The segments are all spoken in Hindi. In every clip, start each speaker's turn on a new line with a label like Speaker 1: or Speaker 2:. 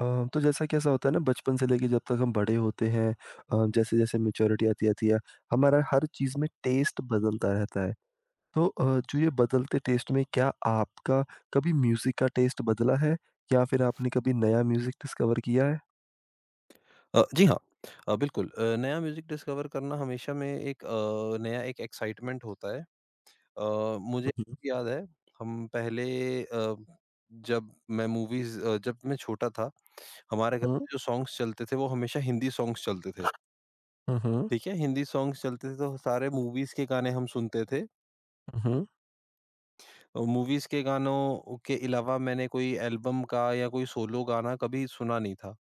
Speaker 1: अ, तो जैसा कि ऐसा होता है ना बचपन से लेके जब तक हम बड़े होते हैं, जैसे-जैसे मैच्योरिटी आती आती है, हमारा हर चीज़ में टेस्ट बदलता रहता है। तो जो ये बदलते टेस्ट में क्या आपका कभी म्यूज़िक का टेस्ट बदला है? या फिर आपने कभी नया म्यूज़िक डिस्कवर किया है?
Speaker 2: जी हाँ। बिल्कुल नया म्यूज़िक डिस्कवर करना हमेशा में एक नया एक एक्साइटमेंट होता है। अ, मुझे
Speaker 1: हुँ, हुँ।
Speaker 2: याद है हम पहले अ, जब मैं छोटा था, हमारे घर
Speaker 1: हुँ,
Speaker 2: में जो सॉन्ग्स चलते थे वो हमेशा हिंदी सॉन्ग्स चलते थे।
Speaker 1: हुँ, हुँ,
Speaker 2: ठीक है? हिंदी सॉन्ग्स चलते थे तो सारे मूवीज़ के गाने हम सुनते थे।
Speaker 1: हुँ, हुँ।
Speaker 2: मूवीज़ के गानों के अलावा मैंने कोई एल्बम का या कोई सोलो गाना कभी सुना नहीं था।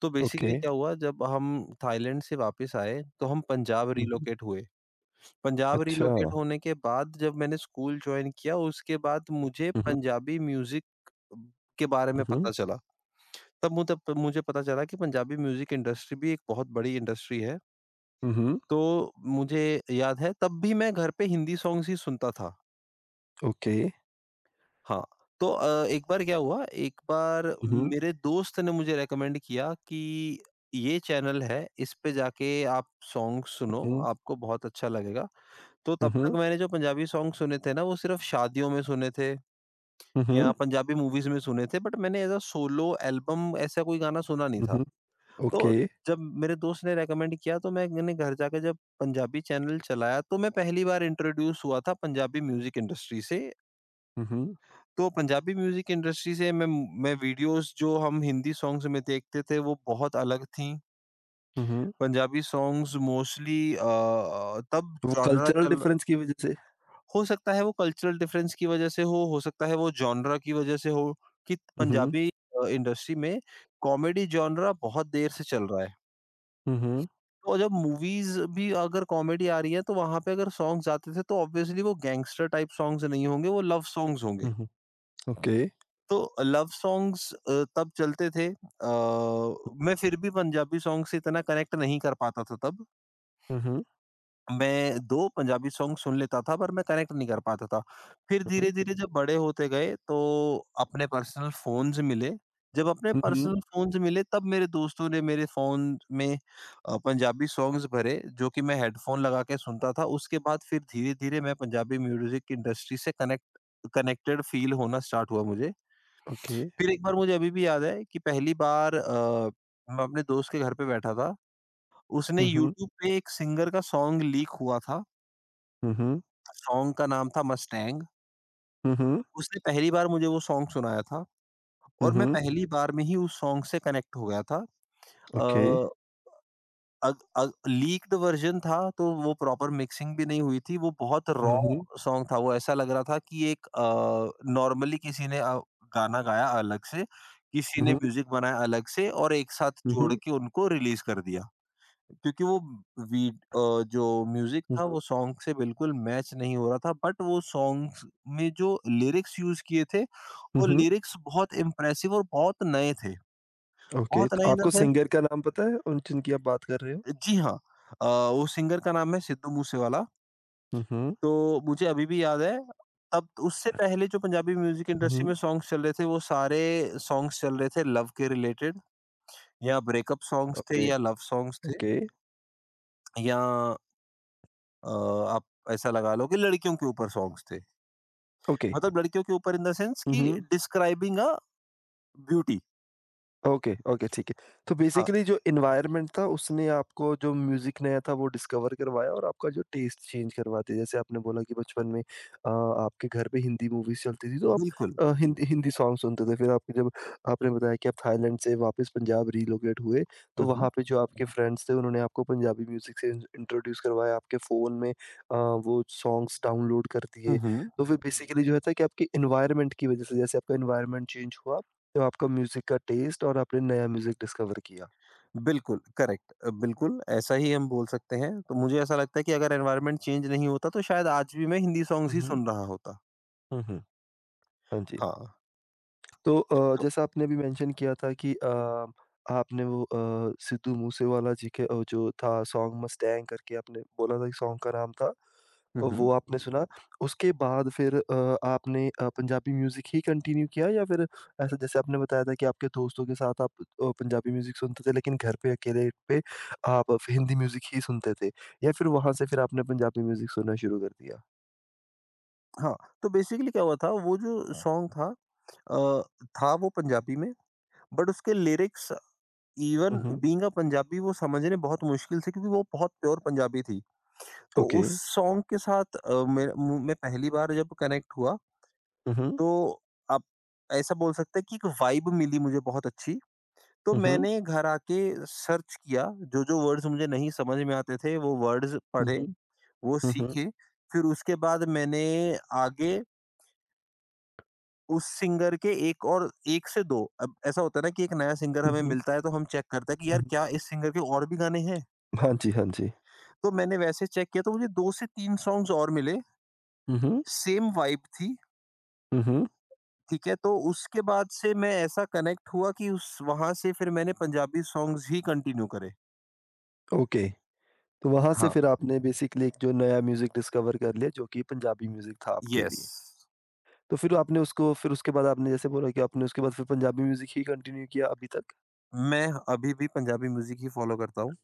Speaker 2: तो
Speaker 1: ओके।
Speaker 2: बेसिकली क्या हुआ जब हम थाईलैंड से वापस आए, तो हम पंजाब
Speaker 1: हुँ, हुँ।
Speaker 2: रिलोकेट हुए। पंजाब
Speaker 1: अच्छा।
Speaker 2: रिलोकेट होने के बाद जब मैंने स्कूल जॉइन किया, उसके बाद मुझे
Speaker 1: हुँ, हुँ,
Speaker 2: पंजाबी म्यूज़िक के बारे
Speaker 1: हुँ,
Speaker 2: में
Speaker 1: हुँ,
Speaker 2: पता चला। तब मुझे पता चला कि पंजाबी म्यूज़िक इंडस्ट्री भी एक बहुत बड़ी इंडस्ट्री है।
Speaker 1: हुँ, हुँ।
Speaker 2: तो मुझे याद है तब भी मैं घर पे हिंदी सॉन्ग्स ही सुनता था।
Speaker 1: ओके।
Speaker 2: हाँ, तो एक बार क्या हुआ, एक बार
Speaker 1: हुँ, हुँ,
Speaker 2: मेरे दोस्त ने मुझे रिकमेंड किया कि ये चैनल है, इस पे जाके आप सॉन्ग्स सुनो,
Speaker 1: हुँ,
Speaker 2: आपको बहुत अच्छा लगेगा। तो
Speaker 1: हुँ,
Speaker 2: तब तक
Speaker 1: हुँ,
Speaker 2: मैंने जो पंजाबी सॉन्ग सुने थे ना, वो सिर्फ शादियों में सुने थे
Speaker 1: हुँ,
Speaker 2: या
Speaker 1: हुँ,
Speaker 2: पंजाबी मूवीज़ में सुने थे, बट मैंने एज़ अ सोलो एल्बम ऐसा कोई गाना सुना नहीं
Speaker 1: हुँ,
Speaker 2: था।
Speaker 1: हुँ।
Speaker 2: तो
Speaker 1: ओके।
Speaker 2: जब मेरे दोस्त ने रिकमेंड किया तो मैंने घर जाके जब पंजाबी चैनल चलाया, तो मैं पहली बार इंट्रोड्यूस हुआ था पंजाबी म्यूज़िक इंडस्ट्री से।
Speaker 1: हुँ, हुँ,
Speaker 2: तो पंजाबी म्यूज़िक इंडस्ट्री से मैं वीडियोज़ जो हम हिंदी सॉन्ग्स में देखते थे, वो बहुत अलग थीं।
Speaker 1: हुँ, हुँ।
Speaker 2: पंजाबी सॉन्ग्स मोस्टली तब
Speaker 1: वो
Speaker 2: जॉनरा
Speaker 1: कल्चरल
Speaker 2: चल
Speaker 1: डिफरेंस की वज़ह से।
Speaker 2: हो सकता है वो कल्चरल डिफरेंस की वजह से हो सकता है वो जॉनरा की वजह से हो कि
Speaker 1: हुँ, हुँ।
Speaker 2: पंजाबी इंडस्ट्री में कॉमेडी जॉनरा बहुत देर से चल रहा है।
Speaker 1: Mhm,
Speaker 2: और जब मूवीज़ भी अगर कॉमेडी आ रही है तो वहाँ पे अगर सॉन्ग्स आते थे तो ऑब्वियसली वो गैंगस्टर टाइप सॉन्ग्स नहीं होंगे, वो लव सॉन्ग्स होंगे।
Speaker 1: mhm, Ja. okay.
Speaker 2: तो लव सॉन्ग्स तब चलते थे मैं फिर भी पंजाबी सॉन्ग से इतना कनेक्ट नहीं कर पाता था तब।
Speaker 1: Mhm,
Speaker 2: मैं 2 पंजाबी सॉन्ग सुन लेता था पर मैं कनेक्ट नहीं कर पाता था। फिर
Speaker 1: mhm,
Speaker 2: धीरे-धीरे जब बड़े होते गए तो अपने पर्सनल फ़ोन्स मिले। जब अपने
Speaker 1: mhm,
Speaker 2: पर्सनल फ़ोन्स मिले तब मेरे दोस्तों ने मेरे फ़ोन में पंजाबी सॉन्ग्स भरे जो कि मैं हेडफ़ोन लगा के सुनता था। उसके बाद फिर धीरे-धीरे मैं पंजाबी म्यूज़िक की इंडस्ट्री से कनेक्टेड फ़ील होना स्टार्ट हुआ मुझे।
Speaker 1: okay.
Speaker 2: फिर एक बार मुझे अभी भी याद है कि पहली बार मैं अपने दोस्त के घर पे बैठा था। उसने
Speaker 1: Mhm,
Speaker 2: यूट्यूब पे एक सिंगर का सॉन्ग लीक हुआ था।
Speaker 1: mhm,
Speaker 2: सॉन्ग का नाम था मस्टैंग।
Speaker 1: mhm,
Speaker 2: उसने पहली बार मुझे वो सॉन्ग सुनाया था और मैं
Speaker 1: mhm,
Speaker 2: पहली बार में ही उस सॉन्ग से कनेक्ट हो गया था।
Speaker 1: okay.
Speaker 2: अ, अग अग लीक्ड वर्ज़न था तो वो प्रॉपर मिक्सिंग भी नहीं हुई थी। वो बहुत रॉ
Speaker 1: Mhm,
Speaker 2: सॉन्ग था। वो ऐसा लग रहा था कि नॉर्मली किसी ने गाना गाया अलग से, किसी ने
Speaker 1: mhm,
Speaker 2: म्यूज़िक बनाया अलग से और एक साथ जोड़
Speaker 1: mhm,
Speaker 2: के उनको रिलीज़ कर दिया। क्योंकि जो म्यूजिक था
Speaker 1: mhm,
Speaker 2: वो सॉन्ग से बिल्कुल मैच नहीं हो रहा था बट वो सॉन्ग्स में जो लिरिक्स यूज किए थे वो
Speaker 1: mhm।
Speaker 2: लिरिक्स बहुत इम्प्रेसिव और बहुत नए थे
Speaker 1: ओके,
Speaker 2: बहुत
Speaker 1: तो
Speaker 2: नए इन द
Speaker 1: आपको
Speaker 2: सेंस।
Speaker 1: सिंगर का नाम पता है उन जिनकी आप बात कर रहे हो?
Speaker 2: जी हाँ, वो सिंगर का नाम है सिद्धू मूसेवाला।
Speaker 1: हुँ, हुँ,
Speaker 2: तो मुझे अभी भी याद है तब उससे पहले जो पंजाबी म्यूजिक इंडस्ट्री
Speaker 1: हुँ।
Speaker 2: में सॉन्ग्स चल रहे थे वो सारे सॉन्ग्स चल रहे थे लव के रिलेटेड, या ब्रेकअप सॉन्ग्स थे
Speaker 1: ओके,
Speaker 2: या लव सॉन्ग्स थे
Speaker 1: ओके,
Speaker 2: या अ, आप ऐसा लगा लो कि लड़कियों के ऊपर सॉन्ग्स थे।
Speaker 1: ओके।
Speaker 2: मतलब लड़कियों के ऊपर इन द सेंस
Speaker 1: हुँ,
Speaker 2: कि
Speaker 1: हुँ।
Speaker 2: Describing uh beauty.
Speaker 1: Okay, okay, ठीक है। तो
Speaker 2: हाँ,
Speaker 1: बेसिकली जो एनवायरनमेंट था उसने आपको जो म्यूज़िक नया था वो डिस्कवर करवाया और आपका जो टेस्ट चेंज करवा दिया। जैसे आपने बोला कि बचपन में आपके घर पे हिंदी मूवीज़ चलती थी तो आप
Speaker 2: बिल्कुल।
Speaker 1: हिंदी हिंदी सॉन्ग सुनते थे। फिर आपके जब आपने बताया कि आप थाईलैंड से वापस पंजाब रिलोकेट हुए तो
Speaker 2: हुँ, हुँ।
Speaker 1: वहाँ पे जो आपके फ्रेंड्स थे उन्होंने आपको पंजाबी म्यूज़िक से इंट्रोड्यूस करवाया। आपके फ़ोन में वो सॉन्ग्स डाउनलोड कर
Speaker 2: हुँ,
Speaker 1: दिए।
Speaker 2: हुँ।
Speaker 1: तो फिर बेसिकली जो है था कि आपके एनवायरनमेंट की वज़ह से जैसे आपका एनवायरनमेंट चेंज हुआ तो आपका म्यूज़िक का टेस्ट और आपने नया म्यूज़िक डिस्कवर किया।
Speaker 2: बिल्कुल, करेक्ट बिल्कुल ऐसा ही हम बोल सकते हैं। तो मुझे ऐसा लगता है कि अगर एनवायरनमेंट चेंज नहीं होता तो शायद आज भी मैं हिंदी सॉन्ग्स
Speaker 1: हुँ,
Speaker 2: ही
Speaker 1: हुँ।
Speaker 2: सुन रहा होता।
Speaker 1: हुँ, हुँ। हाँ जी।
Speaker 2: हाँ,
Speaker 1: तो
Speaker 2: तो
Speaker 1: जैसा आपने अभी मेंशन किया था कि आपने वो सिद्धू मूसेवाला जी के जो था सॉन्ग मस्टैंग करके आपने बोला था कि सॉन्ग का नाम था।
Speaker 2: हुँ, हुँ।
Speaker 1: वो आपने सुना। उसके बाद फिर आपने पंजाबी म्यूज़िक ही कंटिन्यू किया या फिर ऐसा, जैसे आपने बताया था कि आपके दोस्तों के साथ आप पंजाबी म्यूज़िक सुनते थे लेकिन घर पे अकेले पे आप हिंदी म्यूज़िक ही सुनते थे या फिर वहाँ से फिर आपने पंजाबी म्यूज़िक सुनना शुरू कर दिया?
Speaker 2: हाँ, तो बेसिकली क्या हुआ था वो जो सॉन्ग था अ, था वो पंजाबी में बट उसके लिरिक्स इवन
Speaker 1: उहुँ।
Speaker 2: बीइंग अ पंजाबी वो समझने बहुत मुश्किल से क्योंकि वो बहुत प्योर पंजाबी थी। तो
Speaker 1: ओके।
Speaker 2: उस सॉन्ग के साथ मैं पहली बार जब कनेक्ट हुआ
Speaker 1: उहुँ,
Speaker 2: तो आप ऐसा बोल सकते हैं कि एक वाइब मिली मुझे बहुत अच्छी। तो
Speaker 1: उहुँ,
Speaker 2: मैंने घर आके सर्च किया, जो-जो वर्ड्स मुझे नहीं समझ में आते थे, वो वर्ड्स पढ़े,
Speaker 1: उहुँ,
Speaker 2: वो
Speaker 1: उहुँ,
Speaker 2: सीखे। फिर उसके बाद मैंने आगे उस सिंगर के 1 और 1 से 2 अब ऐसा होता है ना कि एक नया सिंगर हमें
Speaker 1: उहुँ,
Speaker 2: मिलता है, तो हम चेक करते हैं कि यार
Speaker 1: उहुँ।
Speaker 2: क्या इस सिंगर के और भी गाने हैं?
Speaker 1: हाँ जी, हाँ जी।
Speaker 2: तो मैंने वैसे चेक किया तो मुझे 2 से 3 सॉन्ग्स और मिले,
Speaker 1: उहुँ,
Speaker 2: सेम वाइब थी।
Speaker 1: उहुँ।
Speaker 2: ठीक है, तो उसके बाद से मैं ऐसा कनेक्ट हुआ कि उस वहाँ से फिर मैंने पंजाबी सॉन्ग्स ही कंटिन्यू करे।
Speaker 1: ओके। तो वहाँ से
Speaker 2: हाँ।
Speaker 1: फिर आपने बेसिकली एक जो नया म्यूज़िक डिस्कवर कर लिया जो कि पंजाबी म्यूज़िक था आपके
Speaker 2: येस,
Speaker 1: लिए। तो फिर आपने उसको फिर उसके बाद आपने जैसे बोला कि आपने उसके बाद फिर पंजाबी म्यूज़िक ही कंटिन्यू किया अभी तक?
Speaker 2: मैं अभी भी पंजाबी म्यूज़िक ही फ़ॉलो करता हूँ।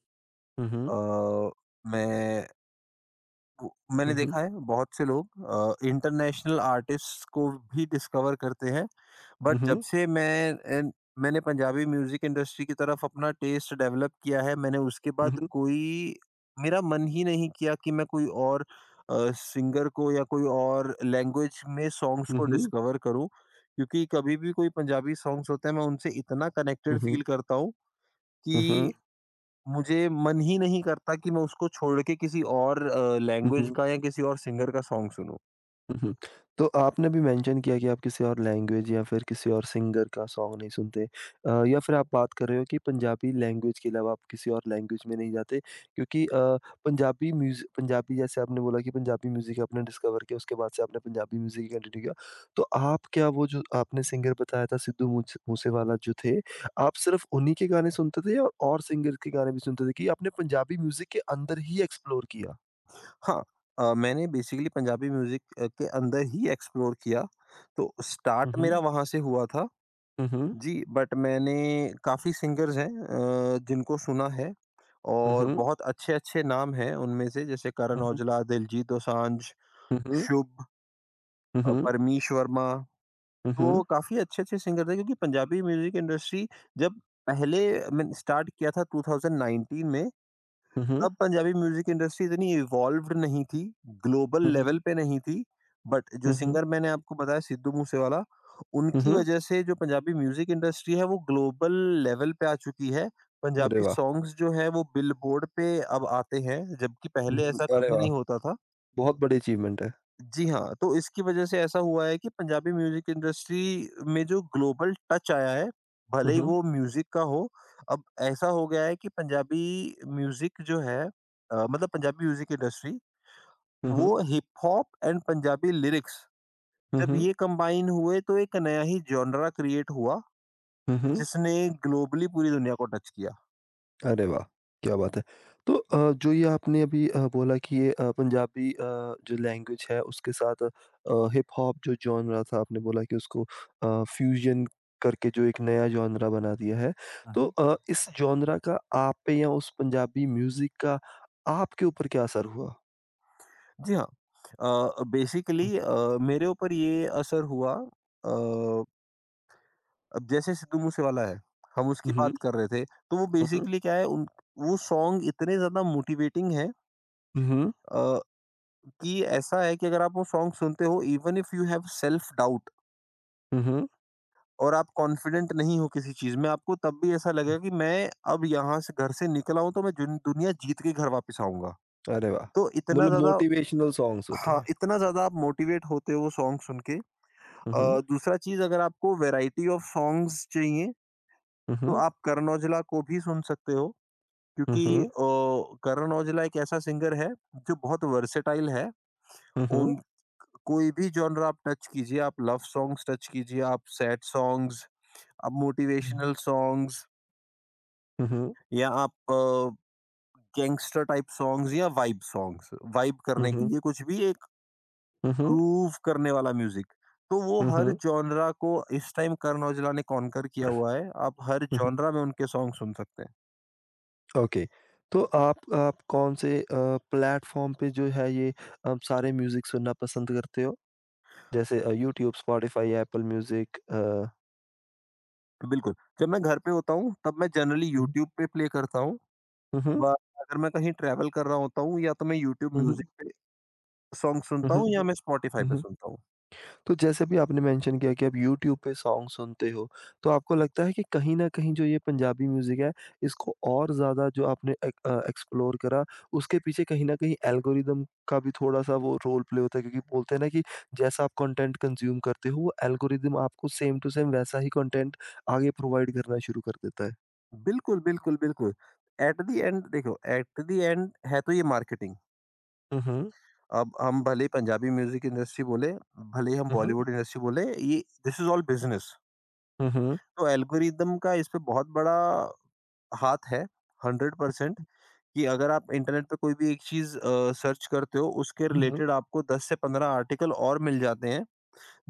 Speaker 1: उहुँ,
Speaker 2: अ, मैं वो मैंने
Speaker 1: उहुँ,
Speaker 2: देखा है बहुत से लोग इंटरनेशनल आर्टिस्ट्स को भी डिस्कवर करते हैं। बट
Speaker 1: उहुँ,
Speaker 2: जब से मैं एन मैंने पंजाबी म्यूज़िक इंडस्ट्री की तरफ अपना टेस्ट डेवलप किया है, मैंने उसके बाद
Speaker 1: उहुँ,
Speaker 2: कोई मेरा मन ही नहीं किया कि मैं कोई और सिंगर को या कोई और लैंग्वेज में सॉन्ग्स को
Speaker 1: उहुँ,
Speaker 2: डिस्कवर करूँ। क्योंकि कभी भी कोई पंजाबी सॉन्ग्स होते हैं, मैं उनसे इतना कनेक्टेड फ़ील
Speaker 1: उहुँ,
Speaker 2: करता हूँ
Speaker 1: उहुँ, उहुँ,
Speaker 2: कि मुझे मन ही नहीं करता कि मैं उसको छोड़ के किसी और लैंग्वेज
Speaker 1: उहुँ।
Speaker 2: का या किसी और सिंगर का सॉन्ग सुनूँ।
Speaker 1: हुँ, हुँ। तो आपने अभी मेंशन किया कि आप किसी और लैंग्वेज या फिर किसी और सिंगर का सॉन्ग नहीं सुनते, या फिर आप बात कर रहे हो कि पंजाबी लैंग्वेज के अलावा आप किसी और लैंग्वेज में नहीं जाते क्योंकि पंजाबी जैसे आपने बोला कि पंजाबी म्यूज़िक आपने डिस्कवर किया, उसके बाद से आपने पंजाबी म्यूज़िक ही कंटिन्यू किया। तो आप क्या वो जो आपने सिंगर बताया था सिद्धू मूसेवाला जो थे, आप सिर्फ़ उन्हीं के गाने सुनते थे या और सिंगर के गाने भी सुनते थे कि आपने पंजाबी म्यूज़िक के अंदर ही एक्सप्लोर किया?
Speaker 2: हाँ, मैंने बेसिकली पंजाबी म्यूज़िक के अंदर ही एक्सप्लोर किया, तो
Speaker 1: हुँ,
Speaker 2: स्टार्ट मेरा
Speaker 1: हुँ।
Speaker 2: वहाँ से हुआ था।
Speaker 1: हुँ, हुँ।
Speaker 2: जी, बट मैंने काफ़ी सिंगर्स हैं जिनको सुना है
Speaker 1: हुँ,
Speaker 2: और
Speaker 1: हुँ।
Speaker 2: बहुत अच्छे-अच्छे नाम हैं उनमें से, जैसे करण
Speaker 1: हुँ, हुँ।
Speaker 2: औजला, दिलजीत दोसांझ,
Speaker 1: हुँ, हुँ।
Speaker 2: शुभ,
Speaker 1: हुँ, हुँ।
Speaker 2: परमीश वर्मा।
Speaker 1: हुँ,
Speaker 2: तो
Speaker 1: हुँ।
Speaker 2: काफ़ी अच्छे-अच्छे सिंगर थे क्योंकि पंजाबी म्यूज़िक इंडस्ट्री जब पहले मैंने स्टार्ट किया था 2019 में,
Speaker 1: हुँ, हुँ।
Speaker 2: तब पंजाबी म्यूज़िक इंडस्ट्री इतनी इवॉल्व्ड नहीं थी, ग्लोबल
Speaker 1: हुँ, हुँ।
Speaker 2: लेवल पे नहीं थी। बट जो
Speaker 1: हुँ, हुँ।
Speaker 2: सिंगर मैंने आपको बताया सिद्धू मूसेवाला,
Speaker 1: हुँ,
Speaker 2: उनकी
Speaker 1: हुँ।
Speaker 2: वजह से जो पंजाबी म्यूज़िक इंडस्ट्री है वो ग्लोबल लेवल पे आ चुकी है।
Speaker 1: अरे
Speaker 2: पंजाबी
Speaker 1: वाह!
Speaker 2: सॉन्ग्स जो है वो बिलबोर्ड पे अब आते हैं, जबकि
Speaker 1: हुँ,
Speaker 2: पहले
Speaker 1: हुँ।
Speaker 2: ऐसा
Speaker 1: अरे
Speaker 2: कभी
Speaker 1: वाह!
Speaker 2: नहीं होता था।
Speaker 1: बहुत बड़ी अचीवमेंट है।
Speaker 2: जी हाँ, तो इसकी वजह से ऐसा हुआ है कि पंजाबी म्यूज़िक इंडस्ट्री में जो ग्लोबल टच आया है,
Speaker 1: हुँ,
Speaker 2: भले ही
Speaker 1: हुँ।
Speaker 2: वो म्यूज़िक का हो, अब ऐसा हो गया है कि पंजाबी म्यूज़िक जो है मतलब पंजाबी म्यूज़िक इंडस्ट्री,
Speaker 1: हुँ, हुँ।
Speaker 2: वो हिप-हॉप एंड पंजाबी लिरिक्स,
Speaker 1: हुँ,
Speaker 2: जब
Speaker 1: हुँ।
Speaker 2: ये कंबाइन हुए तो एक नया ही जॉनरा क्रिएट हुआ,
Speaker 1: हुँ, हुँ।
Speaker 2: जिसने ग्लोबली पूरी दुनिया को टच किया।
Speaker 1: अरे वाह! क्या बात है। तो जो ये आपने अभी बोला कि ये पंजाबी जो लैंग्वेज है उसके साथ हिप-हॉप जो जॉनरा था आपने बोला कि उसको फ्यूज़न करके जो एक नया जॉनरा बना दिया है।
Speaker 2: हुँ,
Speaker 1: तो
Speaker 2: हुँ।
Speaker 1: इस जॉनरा का आप पे या उस पंजाबी म्यूज़िक का आपके ऊपर क्या असर हुआ?
Speaker 2: जी हाँ,
Speaker 1: हुँ,
Speaker 2: बेसिकली
Speaker 1: हुँ।
Speaker 2: मेरे ऊपर ये असर हुआ अ अब जैसे सिद्धू मूसे वाला है, हम उसकी
Speaker 1: हुँ, हुँ।
Speaker 2: बात कर रहे थे, तो वो
Speaker 1: हुँ, हुँ।
Speaker 2: बेसिकली क्या है उन वो सॉन्ग इतने ज़्यादा मोटिवेटिंग हैं
Speaker 1: हुँ, हुँ।
Speaker 2: अ, कि ऐसा है कि अगर आप वो सॉन्ग सुनते हो even if you have self doubt
Speaker 1: हुँ, हुँ।
Speaker 2: और आप कॉन्फिडेंट नहीं हो किसी चीज़ में, आपको तब भी ऐसा लगेगा कि मैं अब यहाँ से घर से निकला हूँ तो मैं जुन दुनिया जीत के घर वापस आऊँगा।
Speaker 1: अरे वाह!
Speaker 2: तो इतना
Speaker 1: मतलब
Speaker 2: ज़्यादा
Speaker 1: मोटिवेशनल सॉन्ग्स होते
Speaker 2: हाँ,
Speaker 1: हैं।
Speaker 2: इतना ज़्यादा आप मोटिवेट होते हो वो सॉन्ग सुन के।
Speaker 1: हुँ, हुँ,
Speaker 2: दूसरा चीज़ अगर आपको वैरायटी ऑफ सॉन्ग्स चाहिए, तो
Speaker 1: हुँ,
Speaker 2: आप करण औजला को भी सुन सकते हो।
Speaker 1: हुँ,
Speaker 2: क्योंकि
Speaker 1: हुँ,
Speaker 2: करण औजला एक ऐसा सिंगर है जो बहुत वर्सेटाइल है।
Speaker 1: हुँ, हुँ,
Speaker 2: उन कोई भी जॉनर आप टच कीजिए, आप लव सॉन्ग्स टच कीजिए, आप सैड सॉन्ग्स, आप
Speaker 1: हुँ,
Speaker 2: मोटिवेशनल सॉन्ग्स
Speaker 1: हुँ, हुँ,
Speaker 2: या आप गैंगस्टर टाइप सॉन्ग्स या वाइब सॉन्ग्स, वाइब
Speaker 1: हुँ,
Speaker 2: करने
Speaker 1: हुँ,
Speaker 2: के
Speaker 1: हुँ,
Speaker 2: लिए कुछ भी एक
Speaker 1: हुँ,
Speaker 2: ग्रूव करने वाला म्यूजिक। तो वो
Speaker 1: हुँ,
Speaker 2: हर
Speaker 1: हुँ,
Speaker 2: जॉनरा को इस टाइम करण औजला ने कॉन्कर किया हुआ है। आप हर
Speaker 1: हुँ, हुँ।
Speaker 2: जॉनरा में उनके सॉन्ग सुन सकते हैं।
Speaker 1: ओके, तो आप कौन से प्लेटफ़ॉर्म पे जो है ये आप सारे म्यूज़िक सुनना पसंद करते हो? जैसे यूट्यूब, स्पॉटिफ़ाई, एप्पल म्यूज़िक,
Speaker 2: बिल्कुल, जब मैं घर पे होता हूँ तब मैं जनरली
Speaker 1: हुँ,
Speaker 2: यूट्यूब पे प्ले करता हूँ।
Speaker 1: हुँ, हुँ,
Speaker 2: ब अगर मैं कहीं ट्रैवल कर रहा होता हूँ या तो मैं यूट्यूब
Speaker 1: हुँ,
Speaker 2: म्यूज़िक
Speaker 1: हुँ,
Speaker 2: पे सॉन्ग
Speaker 1: हुँ,
Speaker 2: सुनता हूँ या मैं स्पॉटिफ़ाई
Speaker 1: हुँ,
Speaker 2: पे
Speaker 1: हुँ।
Speaker 2: सुनता हूँ।
Speaker 1: तो जैसे भी आपने मेंशन किया कि आप यूट्यूब पे सॉन्ग सुनते हो, तो आपको लगता है कि कहीं न कहीं जो ये पंजाबी म्यूज़िक है, इसको और ज़्यादा जो आपने एक एक्सप्लोर करा, उसके पीछे कहीं न कहीं एल्गोरिदम का भी थोड़ा-सा वो रोल प्ले होता है क्योंकि बोलते हैं ना कि जैसा आप कंटेंट कंज़्यूम करते हो, वो एल्गोरिदम आपको सेम टू सेम वैसा ही कंटेंट आगे प्रोवाइड करना शुरू कर देता है।
Speaker 2: बिल्कुल। एट द एंड है तो ये मार्केटिंग।
Speaker 1: हुँ, हुँ।
Speaker 2: अब हम भले ही पंजाबी म्यूज़िक इंडस्ट्री बोले, भले ही हम
Speaker 1: हुँ, हुँ।
Speaker 2: बॉलीवुड इंडस्ट्री बोले, ये दिस इज़ ऑल बिज़नेस।
Speaker 1: हुँ, हुँ।
Speaker 2: तो एल्गोरिदम का इस पे बहुत बड़ा हाथ है 100% कि अगर आप इंटरनेट पे कोई भी एक चीज़ सर्च करते हो उसके
Speaker 1: हुँ, हुँ।
Speaker 2: रिलेटेड आपको 10 से 15 आर्टिकल और मिल जाते हैं।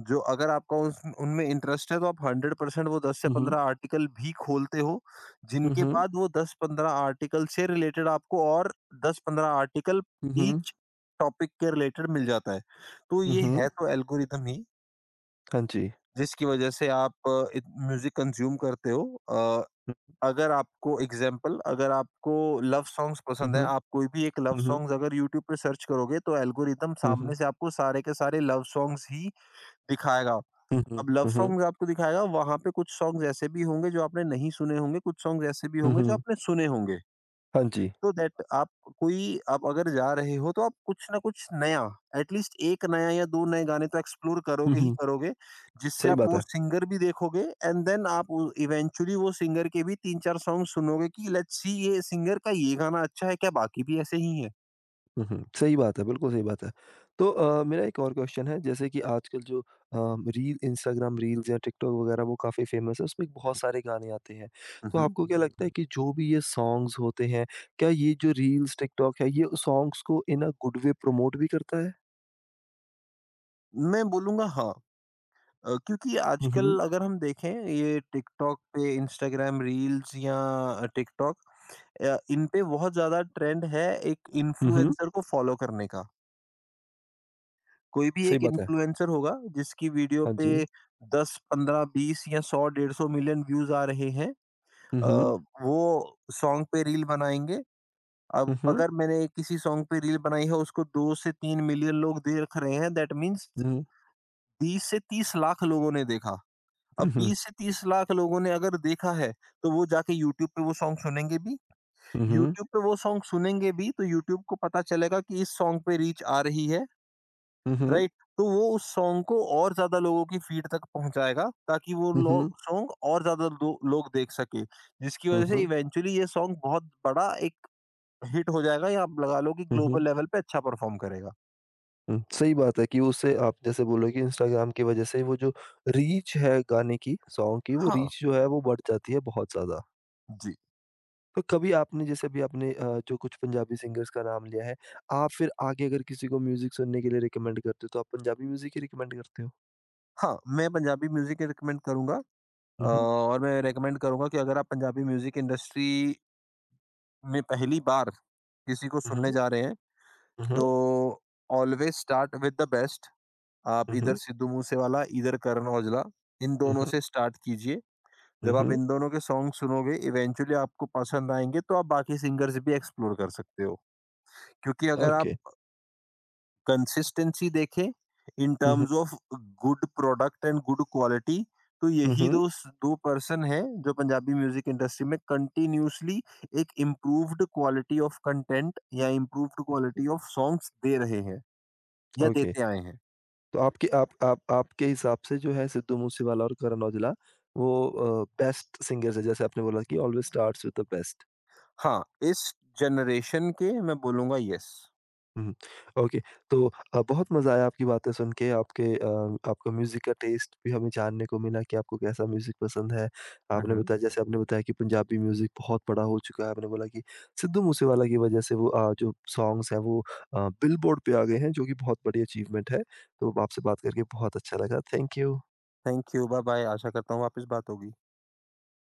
Speaker 2: जो अगर आपका उस उनमें इंटरेस्ट है तो आप 100% वो 10 से
Speaker 1: हुँ,
Speaker 2: 15 आर्टिकल भी खोलते हो, जिनके
Speaker 1: हुँ।
Speaker 2: बाद वो 10-15 आर्टिकल से रिलेटेड आपको और 10-15 आर्टिकल
Speaker 1: हुँ, हुँ।
Speaker 2: ईच टॉपिक के रिलेटेड मिल जाता है। तो
Speaker 1: हुँ, हुँ,
Speaker 2: ये है
Speaker 1: हुँ।
Speaker 2: तो एल्गोरिदम ही,
Speaker 1: हाँ जी।
Speaker 2: जिसकी वजह से आप इत म्यूज़िक कंज़्यूम करते हो। अ, अगर आपको लव सॉन्ग्स
Speaker 1: हुँ,
Speaker 2: पसंद है,
Speaker 1: हुँ।
Speaker 2: आप कोई भी एक लव
Speaker 1: हुँ, हुँ।
Speaker 2: सॉन्ग्स अगर यूट्यूब पे सर्च करोगे तो एल्गोरिदम
Speaker 1: हुँ, हुँ।
Speaker 2: सामने से आपको सारे के सारे लव सॉन्ग्स ही दिखाएगा।
Speaker 1: हुँ, हुँ।
Speaker 2: अब लव
Speaker 1: हुँ, हुँ।
Speaker 2: सॉन्ग्स आपको दिखाएगा, वहाँ पे कुछ सॉन्ग्स ऐसे भी होंगे जो आपने नहीं सुने होंगे, कुछ सॉन्ग्स ऐसे भी
Speaker 1: हुँ,
Speaker 2: होंगे जो
Speaker 1: हुँ।
Speaker 2: आपने सुने होंगे।
Speaker 1: हाँ जी।
Speaker 2: तो दैट आप अगर जा रहे हो तो आप कुछ न कुछ नया एटलीस्ट 1 नया या 2 नए गाने तो एक्सप्लोर
Speaker 1: हुँ,
Speaker 2: करोगे ही
Speaker 1: हुँ।
Speaker 2: करोगे, जिससे
Speaker 1: सही
Speaker 2: आप
Speaker 1: बात
Speaker 2: वो
Speaker 1: है।
Speaker 2: सिंगर भी देखोगे एंड देन आप उ इवेंचुअली वो सिंगर के भी 3-4 सॉन्ग सुनोगे कि लेट्स सी ये सिंगर का ये गाना अच्छा है, क्या बाकी भी ऐसे ही हैं?
Speaker 1: हुँ, हुँ। सही बात है, बिल्कुल सही बात है। तो मेरा एक और क्वेश्चन है जैसे कि आजकल जो रील इंस्टाग्राम रील्स या टिकटॉक वगैरह वो काफ़ी फ़ेमस है, उसमें बहुत सारे गाने आते हैं।
Speaker 2: हुँ,
Speaker 1: तो
Speaker 2: हुँ।
Speaker 1: आपको क्या लगता है कि जो भी ये सॉन्ग्स होते हैं, क्या ये जो रील्स टिकटॉक है, ये सॉन्ग्स को इन अ गुड वे प्रमोट भी करता है?
Speaker 2: मैं बोलूँगा हाँ। क्योंकि
Speaker 1: हुँ, हुँ।
Speaker 2: आजकल अगर हम देखें ये टिकटॉक पे इंस्टाग्राम रील्स या टिकटॉक, इन पे बहुत ज़्यादा ट्रेंड है एक
Speaker 1: हुँ, हुँ।
Speaker 2: इन्फ्लुएंसर को फॉलो करने का। कोई भी
Speaker 1: सही
Speaker 2: एक
Speaker 1: बात है।
Speaker 2: इन्फ्लुएंसर होगा जिसकी वीडियो
Speaker 1: हाँ जी।
Speaker 2: पे 10, 15, 20 या 100 150 मिलियन व्यूज़ आ रहे हैं।
Speaker 1: हुँ,
Speaker 2: अ,
Speaker 1: हुँ।
Speaker 2: वो सॉन्ग पे रील बनाएँगे। अब
Speaker 1: हुँ, हुँ।
Speaker 2: अगर मैंने किसी सॉन्ग पे रील बनाई है उसको 2 से 3 मिलियन लोग देख रहे हैं दैट मीन्स
Speaker 1: हुँ, हुँ।
Speaker 2: 20 से 30 लाख लोगों ने देखा। अब
Speaker 1: हुँ,
Speaker 2: 20 से 30 लाख लोगों ने अगर देखा है, तो वो जाके यूट्यूब पे वो सॉन्ग सुनेंगे भी।
Speaker 1: हुँ।
Speaker 2: यूट्यूब पे वो सॉन्ग सुनेंगे भी, तो यूट्यूब को पता चलेगा कि इस सॉन्ग पे रीच आ रही है,
Speaker 1: हुँ, हुँ।
Speaker 2: राइट? तो वो उस सॉन्ग को और ज़्यादा लोगों की फीड तक पहुँचाएगा, ताकि वो
Speaker 1: हुँ,
Speaker 2: लोग
Speaker 1: हुँ।
Speaker 2: सॉन्ग और ज़्यादा दो लोग देख सकें, जिसकी
Speaker 1: हुँ, हुँ।
Speaker 2: वज़ह
Speaker 1: हुँ,
Speaker 2: से
Speaker 1: हुँ।
Speaker 2: इवेंचुअली ये सॉन्ग बहुत बड़ा एक हिट हो जाएगा या आप लगा लो कि
Speaker 1: हुँ,
Speaker 2: ग्लोबल
Speaker 1: हुँ।
Speaker 2: लेवल पे अच्छा परफ़ॉर्म करेगा।
Speaker 1: हुँ, सही बात है कि उससे आप जैसे बोले कि इंस्टाग्राम की वजह से वो जो रीच है गाने की, सॉन्ग की, वो
Speaker 2: हाँ,
Speaker 1: रीच जो है वो बढ़ जाती है बहुत ज़्यादा।
Speaker 2: जी।
Speaker 1: तो कभी आपने जैसे अभी आपने जो कुछ पंजाबी सिंगर्स का नाम लिया है, आप फिर आगे अगर किसी को म्यूज़िक सुनने के लिए रिकमेंड करते हो तो आप पंजाबी म्यूज़िक ही रिकमेंड करते हो?
Speaker 2: हाँ, मैं पंजाबी म्यूज़िक ही रिकमेंड करूँगा,
Speaker 1: हुँ, हुँ।
Speaker 2: और मैं रिकमेंड करूँगा कि अगर आप पंजाबी म्यूज़िक इंडस्ट्री में पहली बार किसी को
Speaker 1: हुँ,
Speaker 2: सुनने
Speaker 1: हुँ।
Speaker 2: जा रहे हैं
Speaker 1: हुँ,
Speaker 2: तो
Speaker 1: हुँ।
Speaker 2: Always start with the best. आप इधर सिद्धू मूसेवाला इधर करण औजला, इन
Speaker 1: हुँ,
Speaker 2: दोनों
Speaker 1: हुँ।
Speaker 2: से स्टार्ट कीजिए।
Speaker 1: हुँ,
Speaker 2: जब आप
Speaker 1: हुँ।
Speaker 2: इन दोनों के सॉन्ग सुनोगे इवेंचुअली आपको पसंद आएंगे तो आप बाकी सिंगर्स भी एक्सप्लोर कर सकते हो क्योंकि अगर
Speaker 1: ओके।
Speaker 2: आप कंसिस्टेंसी देखें इन
Speaker 1: हुँ, हुँ।
Speaker 2: Terms of good product and good quality तो
Speaker 1: हुँ,
Speaker 2: यही
Speaker 1: हुँ।
Speaker 2: दो दो पर्सन है जो पंजाबी म्यूजिक इंडस्ट्री में कंटिन्यूसली एक इम्प्रूव्ड क्वालिटी ऑफ कंटेंट या इम्प्रूव्ड क्वालिटी ऑफ सॉन्ग्स दे रहे हैं या
Speaker 1: ओके।
Speaker 2: देते आए हैं।
Speaker 1: तो आपके आप आपके हिसाब से जो है सिद्धू मूसेवाला और करण औजला वो बेस्ट सिंगर्स हैं जैसे आपने बोला कि always starts with the best.
Speaker 2: हाँ, इस जनरेशन के मैं बोलूंगा यस।
Speaker 1: हुँ। ओके। तो बहुत मज़ा आया आपकी बातें सुन के, आपके आपका म्यूज़िक का टेस्ट भी हमें जानने को मिला कि आपको कैसा म्यूज़िक पसंद है। आपने बताया, जैसे आपने बताया कि पंजाबी म्यूज़िक बहुत बड़ा हो चुका है, आपने बोला कि सिद्धू मूसेवाला की वजह से वो जो सॉन्ग्स हैं वो बिलबोर्ड पे आ गए हैं, जो कि बहुत बड़ी अचीवमेंट है। तो आपसे बात करके बहुत अच्छा लगा। Thank you.
Speaker 2: Thank you bye bye आशा करता हूँ वापस बात होगी।